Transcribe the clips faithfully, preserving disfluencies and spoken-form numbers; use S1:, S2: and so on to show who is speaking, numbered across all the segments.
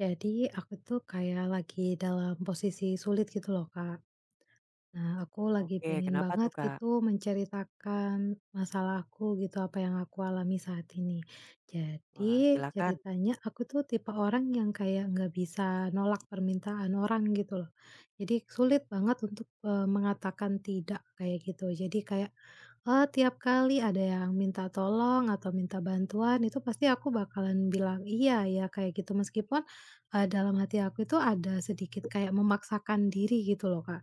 S1: Jadi aku tuh kayak lagi dalam posisi sulit gitu loh, Kak. Nah, aku lagi
S2: Oke,
S1: pengen
S2: kenapa
S1: banget
S2: tuh, Kak?
S1: gitu menceritakan masalahku gitu, apa yang aku alami saat ini.
S2: Wah,
S1: Jadi
S2: silakan.
S1: ceritanya aku tuh tipe orang yang kayak nggak bisa nolak permintaan orang gitu loh. Jadi sulit banget untuk, eee, mengatakan tidak kayak gitu. Jadi kayak Eee, tiap kali ada yang minta tolong atau minta bantuan itu pasti aku bakalan bilang, "Iya ya," kayak gitu. Meskipun, eee, dalam hati aku itu ada sedikit kayak memaksakan diri gitu loh, Kak.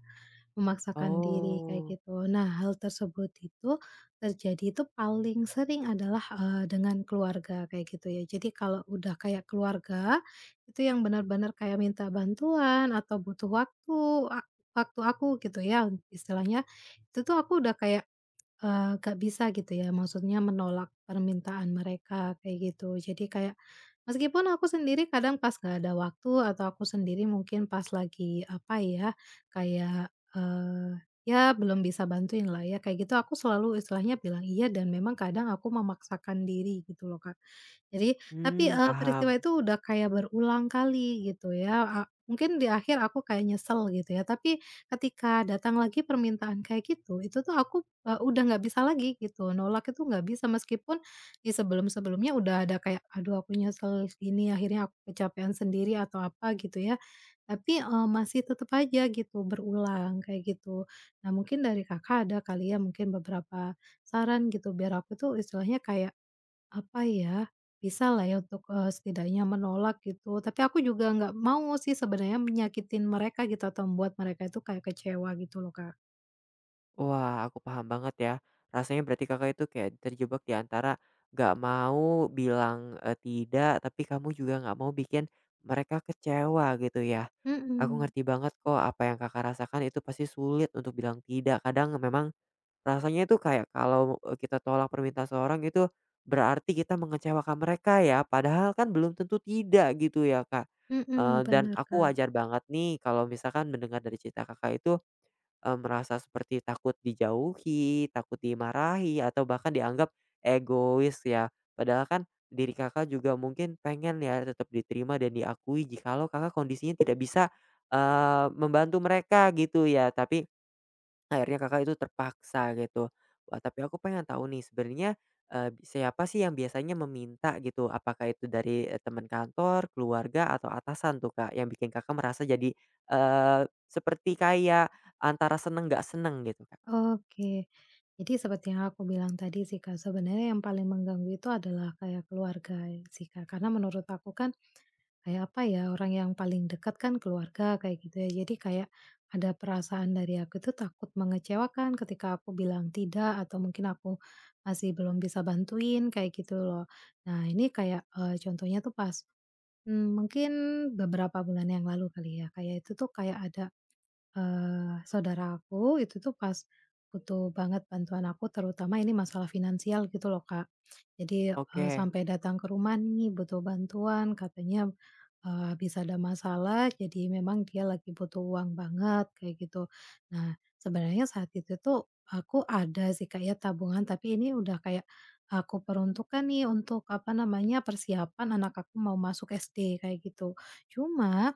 S1: Memaksakan diri kayak
S2: Oh,
S1: gitu. Nah, hal tersebut itu terjadi itu paling sering adalah, eee, dengan keluarga kayak gitu ya. Jadi kalau udah kayak keluarga, itu yang benar-benar kayak minta bantuan atau butuh waktu a waktu aku gitu ya istilahnya, itu tuh aku udah kayak Eee, gak bisa gitu ya, maksudnya menolak permintaan mereka kayak gitu. Jadi kayak meskipun aku sendiri kadang pas gak ada waktu atau aku sendiri mungkin pas lagi apa ya, kayak, eee, ya belum bisa bantuin lah ya, kayak gitu aku selalu istilahnya bilang iya dan memang kadang aku memaksakan diri gitu loh, Kak. Jadi tapi,
S2: hmm,
S1: eee, peristiwa
S2: paham.
S1: itu udah kayak berulang kali gitu ya, a mungkin di akhir aku kayak nyesel gitu ya, tapi ketika datang lagi permintaan kayak gitu, itu tuh aku, eee, udah nggak bisa lagi gitu, nolak itu nggak bisa meskipun di sebelum-sebelumnya udah ada kayak, "Aduh aku nyesel gini, akhirnya aku kecapean sendiri," atau apa gitu ya, tapi, eee, masih tetep aja gitu berulang kayak gitu. Nah, mungkin dari Kakak ada kali ya mungkin beberapa saran gitu biar aku tuh istilahnya kayak apa ya, bisa lah ya untuk, eee, setidaknya menolak gitu, tapi aku juga nggak mau sih sebenarnya menyakitin mereka gitu atau membuat mereka itu kayak kecewa gitu loh, Kak.
S2: Wah, aku paham banget ya. Rasanya berarti Kakak itu kayak terjebak di antara nggak mau bilang, eee, tidak, tapi kamu juga nggak mau bikin mereka kecewa gitu ya. Aku
S1: Mhm,
S2: ngerti banget kok apa yang Kakak rasakan itu pasti sulit untuk bilang tidak. Kadang memang rasanya itu kayak kalau, eee, kita tolak permintaan seorang itu berarti kita mengecewakan mereka ya, padahal kan belum tentu tidak gitu ya, Kak. Eee,
S1: mhm,
S2: dan
S1: bener,
S2: aku
S1: Kak.
S2: wajar banget nih kalau misalkan mendengar dari cerita Kakak itu, eee, merasa seperti takut dijauhi, takut dimarahi, atau bahkan dianggap egois ya. Padahal kan diri Kakak juga mungkin pengen ya tetap diterima dan diakui jikalau Kakak kondisinya tidak bisa, eee, membantu mereka gitu ya. Tapi akhirnya Kakak itu terpaksa gitu. Wah, tapi aku pengen tahu nih sebenarnya, eee, siapa sih yang biasanya meminta gitu? Apakah itu dari, eee, teman kantor, keluarga, atau atasan tuh, Kak, yang bikin Kakak merasa jadi, eee, seperti kayak antara seneng nggak seneng gitu, Kak?
S1: Oke. Jadi seperti yang aku bilang tadi sih, Kak, sebenarnya yang paling mengganggu itu adalah kayak keluarga sih, Kak, karena menurut aku kan kayak apa ya, orang yang paling dekat kan keluarga kayak gitu ya. Jadi kayak ada perasaan dari aku itu takut mengecewakan ketika aku bilang tidak atau mungkin aku masih belum bisa bantuin kayak gitu loh. Nah, ini kayak, eee, contohnya tuh pas, mmm, mungkin beberapa bulan yang lalu kali ya, kayak itu tuh kayak ada Eee, saudara itu tuh pas butuh banget bantuan aku terutama ini masalah finansial gitu loh, Kak. Jadi, eee,
S2: Oke,
S1: sampai datang ke rumah nih butuh bantuan katanya, eee, habis ada masalah jadi memang dia lagi butuh uang banget kayak gitu. Nah, sebenarnya saat itu tuh aku ada sih, Kak, ya tabungan tapi ini udah kayak aku peruntukkan nih untuk apa namanya persiapan anak aku mau masuk S D kayak gitu. Cuma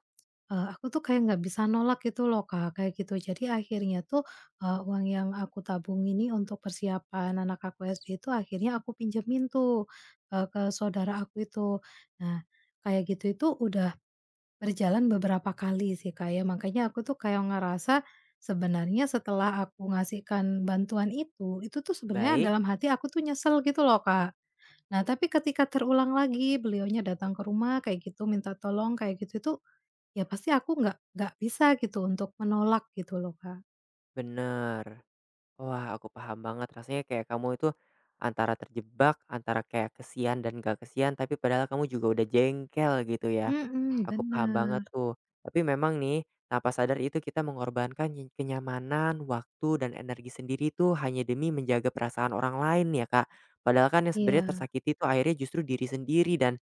S1: Eee, aku tuh kayak nggak bisa nolak gitu loh, Kak, kayak gitu. Jadi akhirnya tuh, eee, uang yang aku tabung ini untuk persiapan anak aku S D itu akhirnya aku pinjemin tuh, eee, ke saudara aku itu. Nah, kayak gitu itu udah berjalan beberapa kali sih, kayak makanya aku tuh kayak ngerasa sebenarnya setelah aku ngasihkan bantuan itu, itu tuh sebenarnya
S2: baik,
S1: dalam hati aku tuh nyesel gitu loh, Kak. Nah, tapi ketika terulang lagi, beliaunya datang ke rumah kayak gitu, minta tolong kayak gitu, itu ya pasti aku nggak nggak bisa gitu untuk menolak gitu loh, Kak.
S2: bener. Wah, aku paham banget rasanya kayak kamu itu antara terjebak, antara kayak kesian dan nggak kesian, tapi padahal kamu juga udah jengkel gitu ya?
S1: Mhm,
S2: Aku paham banget
S1: bener,
S2: tuh. Tapi memang nih, tanpa sadar itu kita mengorbankan nyi- kenyamanan, waktu, dan energi sendiri tuh hanya demi menjaga perasaan orang lain ya, Kak. Padahal kan yang sebenarnya
S1: iya,
S2: tersakiti itu akhirnya justru diri sendiri dan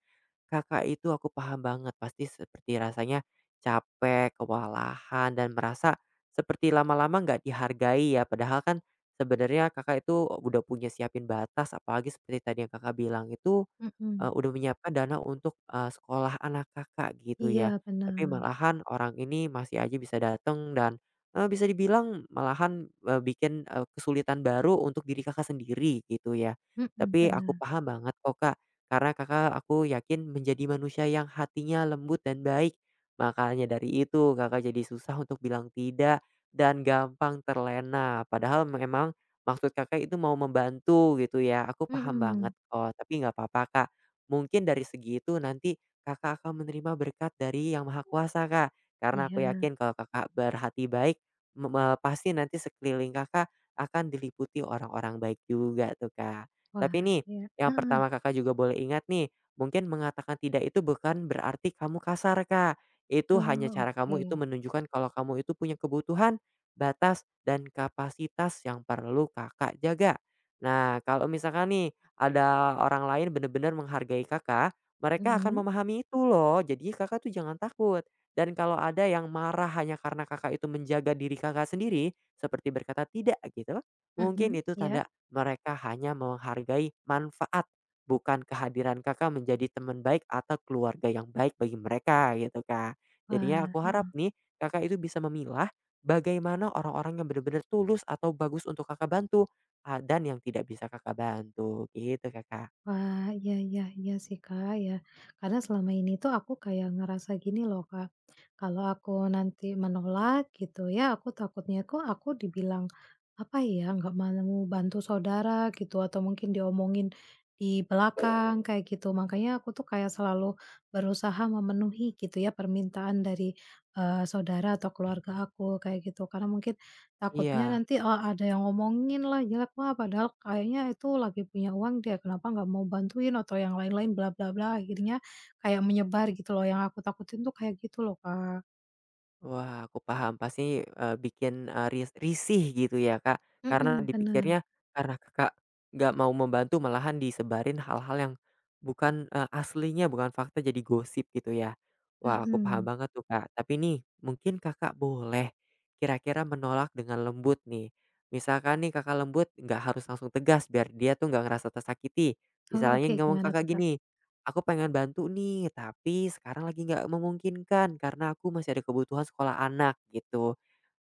S2: Kakak itu aku paham banget. Pasti seperti rasanya capek, kewalahan, dan merasa seperti lama-lama nggak dihargai ya. Padahal kan sebenarnya Kakak itu udah punya siapin batas, apalagi seperti tadi yang Kakak bilang itu
S1: mhm,
S2: Eee, udah menyiapkan dana untuk, eee, sekolah anak Kakak gitu
S1: iya
S2: ya. Tapi
S1: bener,
S2: malahan orang ini masih aja bisa datang dan, eee, bisa dibilang malahan, eee, bikin, eee, kesulitan baru untuk diri Kakak sendiri gitu ya.
S1: mhm,
S2: Tapi aku
S1: bener,
S2: paham banget kok, Kak, karena Kakak aku yakin menjadi manusia yang hatinya lembut dan baik. Makanya dari itu Kakak jadi susah untuk bilang tidak dan gampang terlena. Padahal memang maksud Kakak itu mau membantu gitu ya, aku paham banget
S1: mhm,
S2: kok. Tapi nggak apa-apa, Kak. Mungkin dari segi itu nanti Kakak akan menerima berkat dari Yang Maha Kuasa, Kak. Karena aku
S1: iya.
S2: yakin kalau Kakak berhati baik, me me pasti nanti sekeliling Kakak akan diliputi orang-orang baik juga tuh, Kak. Tapi
S1: Wah,
S2: nih,
S1: iya,
S2: yang
S1: heeh,
S2: pertama Kakak juga boleh ingat nih, mungkin mengatakan tidak itu bukan berarti kamu kasar, Kak. Itu hanya
S1: oh
S2: cara
S1: oke,
S2: kamu itu menunjukkan kalau kamu itu punya kebutuhan, batas, dan kapasitas yang perlu Kakak jaga. Nah, kalau misalkan nih ada orang lain benar-benar menghargai Kakak, mereka akan
S1: mhm,
S2: memahami itu loh. Jadi Kakak tuh jangan takut. Dan kalau ada yang marah hanya karena Kakak itu menjaga diri Kakak sendiri, seperti berkata tidak gitu,
S1: mhm,
S2: mungkin itu
S1: iya,
S2: tanda mereka hanya menghargai manfaat, bukan kehadiran Kakak menjadi teman baik atau keluarga yang baik bagi mereka, gitu Kak. Jadinya
S1: wah,
S2: aku
S1: heeh.
S2: harap nih Kakak itu bisa memilah bagaimana orang-orang yang benar-benar tulus atau bagus untuk Kakak bantu, ah, dan yang tidak bisa Kakak bantu, gitu, Kakak.
S1: Wah, iya iya iya sih, Kak, ya. Karena selama ini tuh aku kayak ngerasa gini loh, Kak, kalau aku nanti menolak gitu ya, aku takutnya kok aku dibilang, apa ya, nggak mau bantu saudara gitu, atau mungkin diomongin di belakang kayak gitu. Makanya aku tuh kayak selalu berusaha memenuhi gitu ya permintaan dari, eee, saudara atau keluarga aku kayak gitu. Karena mungkin takutnya
S2: Iya,
S1: nanti, eee, ada yang ngomongin lah, jelek lah, padahal kayaknya itu lagi punya uang dia, kenapa nggak mau bantuin atau yang lain-lain bla bla bla, akhirnya kayak menyebar gitu loh, yang aku takutin tuh kayak gitu loh, Kak.
S2: wah, aku paham pasti, eee, bikin, eee, ris risih gitu ya, Kak, karena
S1: Mhm, bener,
S2: dipikirnya karena Kakak nggak mau membantu malahan disebarin hal-hal yang bukan, eee, aslinya, bukan fakta jadi gosip gitu ya. Wah, aku paham
S1: mhm.
S2: banget tuh, Kak, tapi nih mungkin Kakak boleh kira-kira menolak dengan lembut nih. Misalkan nih Kakak lembut, nggak harus langsung tegas biar dia tuh nggak ngerasa tersakiti.
S1: Oh,
S2: Misalnya
S1: oke,
S2: ngomong
S1: gimana
S2: Kakak
S1: tuh, Kak?
S2: gini, aku pengen bantu nih, tapi sekarang lagi nggak memungkinkan karena aku masih ada kebutuhan sekolah anak gitu.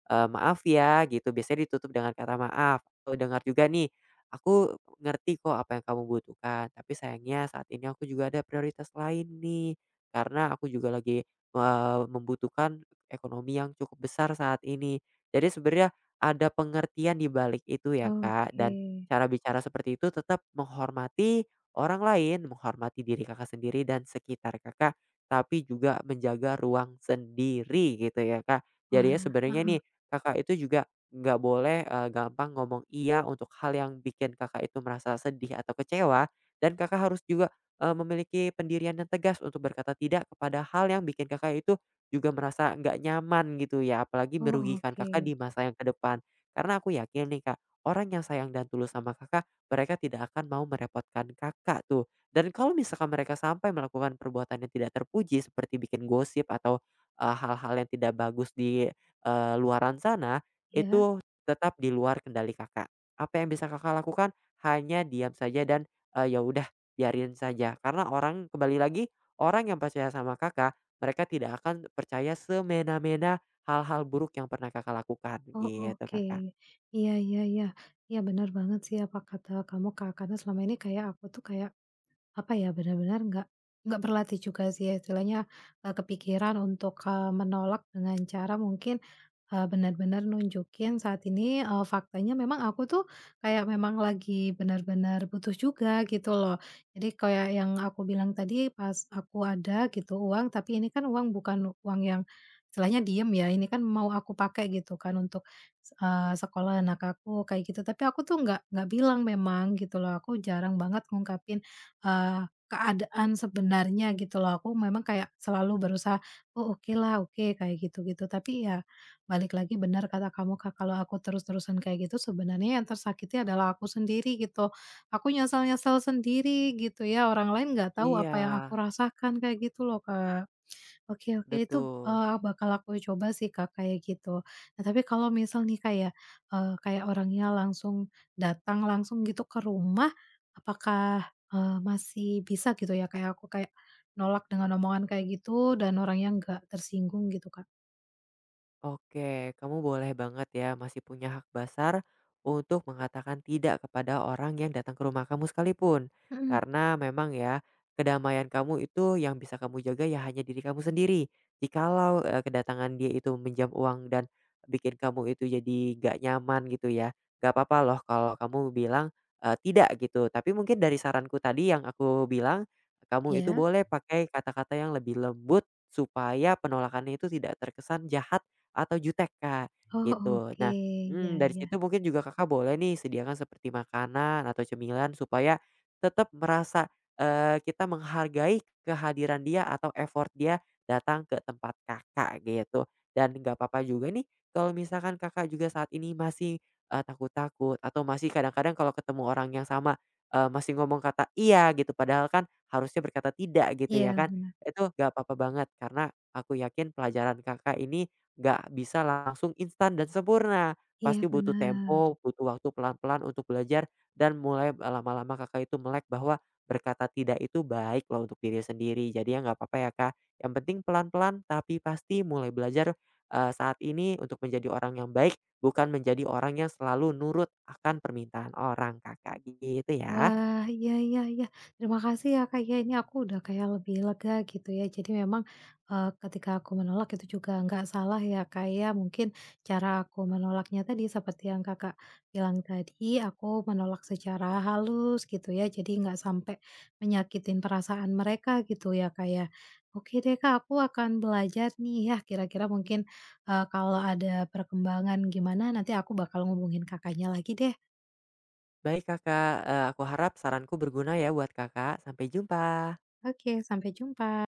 S2: Eee, maaf ya gitu, biasanya ditutup dengan kata maaf, aku dengar juga nih, "Aku ngerti kok apa yang kamu butuhkan, tapi sayangnya saat ini aku juga ada prioritas lain nih, karena aku juga lagi, eee, membutuhkan ekonomi yang cukup besar saat ini." Jadi sebenarnya ada pengertian di balik itu ya, Kak,
S1: Oke.
S2: dan cara bicara seperti itu tetap menghormati orang lain, menghormati diri Kakak sendiri dan sekitar Kakak, tapi juga menjaga ruang sendiri gitu ya, Kak. Jadinya
S1: Wah,
S2: sebenarnya
S1: heeh.
S2: nih, Kakak itu juga nggak boleh, eee, gampang ngomong iya untuk hal yang bikin Kakak itu merasa sedih atau kecewa, dan Kakak harus juga, eee, memiliki pendirian yang tegas untuk berkata tidak kepada hal yang bikin Kakak itu juga merasa nggak nyaman gitu ya, apalagi
S1: Oh,
S2: merugikan Kakak
S1: oke.
S2: di masa yang ke depan. Karena aku yakin nih, Kak, orang yang sayang dan tulus sama Kakak mereka tidak akan mau merepotkan Kakak tuh. Dan kalau misalkan mereka sampai melakukan perbuatan yang tidak terpuji seperti bikin gosip atau, eee, hal-hal yang tidak bagus di, eee, luaran sana,
S1: Ya.
S2: itu tetap di luar kendali Kakak. Apa yang bisa Kakak lakukan hanya diam saja dan, eee, ya udah biarin saja. Karena orang kembali lagi, orang yang percaya sama Kakak, mereka tidak akan percaya semena-mena hal-hal buruk yang pernah Kakak lakukan,
S1: Oh,
S2: gitu
S1: oke.
S2: Kakak.
S1: Iya iya iya. Iya benar banget sih apa kata kamu, Kak, karena selama ini kayak aku tuh kayak apa ya, benar-benar nggak nggak berlatih juga sih ya, istilahnya, eee, kepikiran untuk, eee, menolak dengan cara mungkin, eee, benar-benar nunjukin saat ini, eee, faktanya memang aku tuh kayak memang lagi benar-benar butuh juga gitu loh. Jadi kayak yang aku bilang tadi pas aku ada gitu uang, tapi ini kan uang bukan uang yang istilahnya diem ya, ini kan mau aku pakai gitu kan untuk, eee, sekolah anak aku kayak gitu. Tapi aku tuh nggak nggak bilang memang gitu loh, aku jarang banget ngungkapin eee, keadaan sebenarnya gitu loh. Aku memang kayak selalu berusaha, "Oh oke lah oke," kayak gitu-gitu. Tapi ya balik lagi benar kata kamu, Kak, kalau aku terus-terusan kayak gitu sebenarnya yang tersakiti adalah aku sendiri gitu. Aku nyesel-nyesel sendiri gitu ya, orang lain nggak tahu
S2: Iya,
S1: apa yang aku rasakan, kayak gitu loh, Kak. Oke oke, itu,
S2: betul.
S1: eee, bakal aku coba sih, Kak, kayak gitu. Nah, tapi kalau misal nih, kayak ya, kayak orangnya langsung datang langsung gitu ke rumah, apakah, eee, masih bisa gitu ya, kayak aku kayak nolak dengan omongan kayak gitu dan orangnya nggak tersinggung gitu, Kak?
S2: Oke, kamu boleh banget ya masih punya hak dasar untuk mengatakan tidak kepada orang yang datang ke rumah kamu sekalipun.
S1: Mhm,
S2: Karena memang ya, kedamaian kamu itu yang bisa kamu jaga ya hanya diri kamu sendiri. Jikalau eh, kedatangan dia itu menjam uang dan bikin kamu itu jadi gak nyaman gitu ya. Gak apa-apa loh kalau kamu bilang eh, tidak gitu. Tapi mungkin dari saranku tadi yang aku bilang, kamu itu
S1: iya.
S2: boleh pakai kata-kata yang lebih lembut supaya penolakannya itu tidak terkesan jahat atau jutek, Kak,
S1: Oh,
S2: gitu.
S1: oke,
S2: Nah,
S1: ya
S2: mhm, dari
S1: ya.
S2: situ mungkin juga Kakak boleh nih sediakan seperti makanan atau cemilan supaya tetap merasa, eee, kita menghargai kehadiran dia atau effort dia datang ke tempat Kakak, gitu. Dan nggak apa-apa juga nih kalau misalkan Kakak juga saat ini masih, eee, takut-takut atau masih kadang-kadang kalau ketemu orang yang sama, eee, masih ngomong kata "iya" gitu, padahal kan harusnya berkata "tidak" gitu ya
S1: Iya,
S2: kan.
S1: benar.
S2: Itu nggak apa-apa banget karena aku yakin pelajaran Kakak ini nggak bisa langsung instan dan sempurna,
S1: Iya,
S2: pasti butuh
S1: benar.
S2: tempo, butuh waktu pelan-pelan untuk belajar dan mulai lama-lama Kakak itu melek bahwa berkata tidak itu baik loh untuk diri sendiri. Jadi ya nggak apa-apa ya, Kak, yang penting pelan-pelan tapi pasti mulai belajar, eee, saat ini untuk menjadi orang yang baik, bukan menjadi orang yang selalu nurut akan permintaan orang, Kakak, gitu ya.
S1: Wah, iya iya iya. Terima kasih ya Kak, ya ini aku udah kayak lebih lega gitu ya. Jadi memang, eee, ketika aku menolak itu juga nggak salah ya Kak ya. Mungkin cara aku menolaknya tadi seperti yang Kakak bilang tadi, aku menolak secara halus gitu ya, jadi nggak sampai menyakitin perasaan mereka gitu ya Kak ya. Oke deh Kak, aku akan belajar nih ya, kira-kira mungkin, eee, kalau ada perkembangan gimana nanti aku bakal ngubungin Kakaknya lagi deh.
S2: Baik, Kakak, eee, aku harap saranku berguna ya buat Kakak. Sampai jumpa.
S1: Oke, sampai jumpa.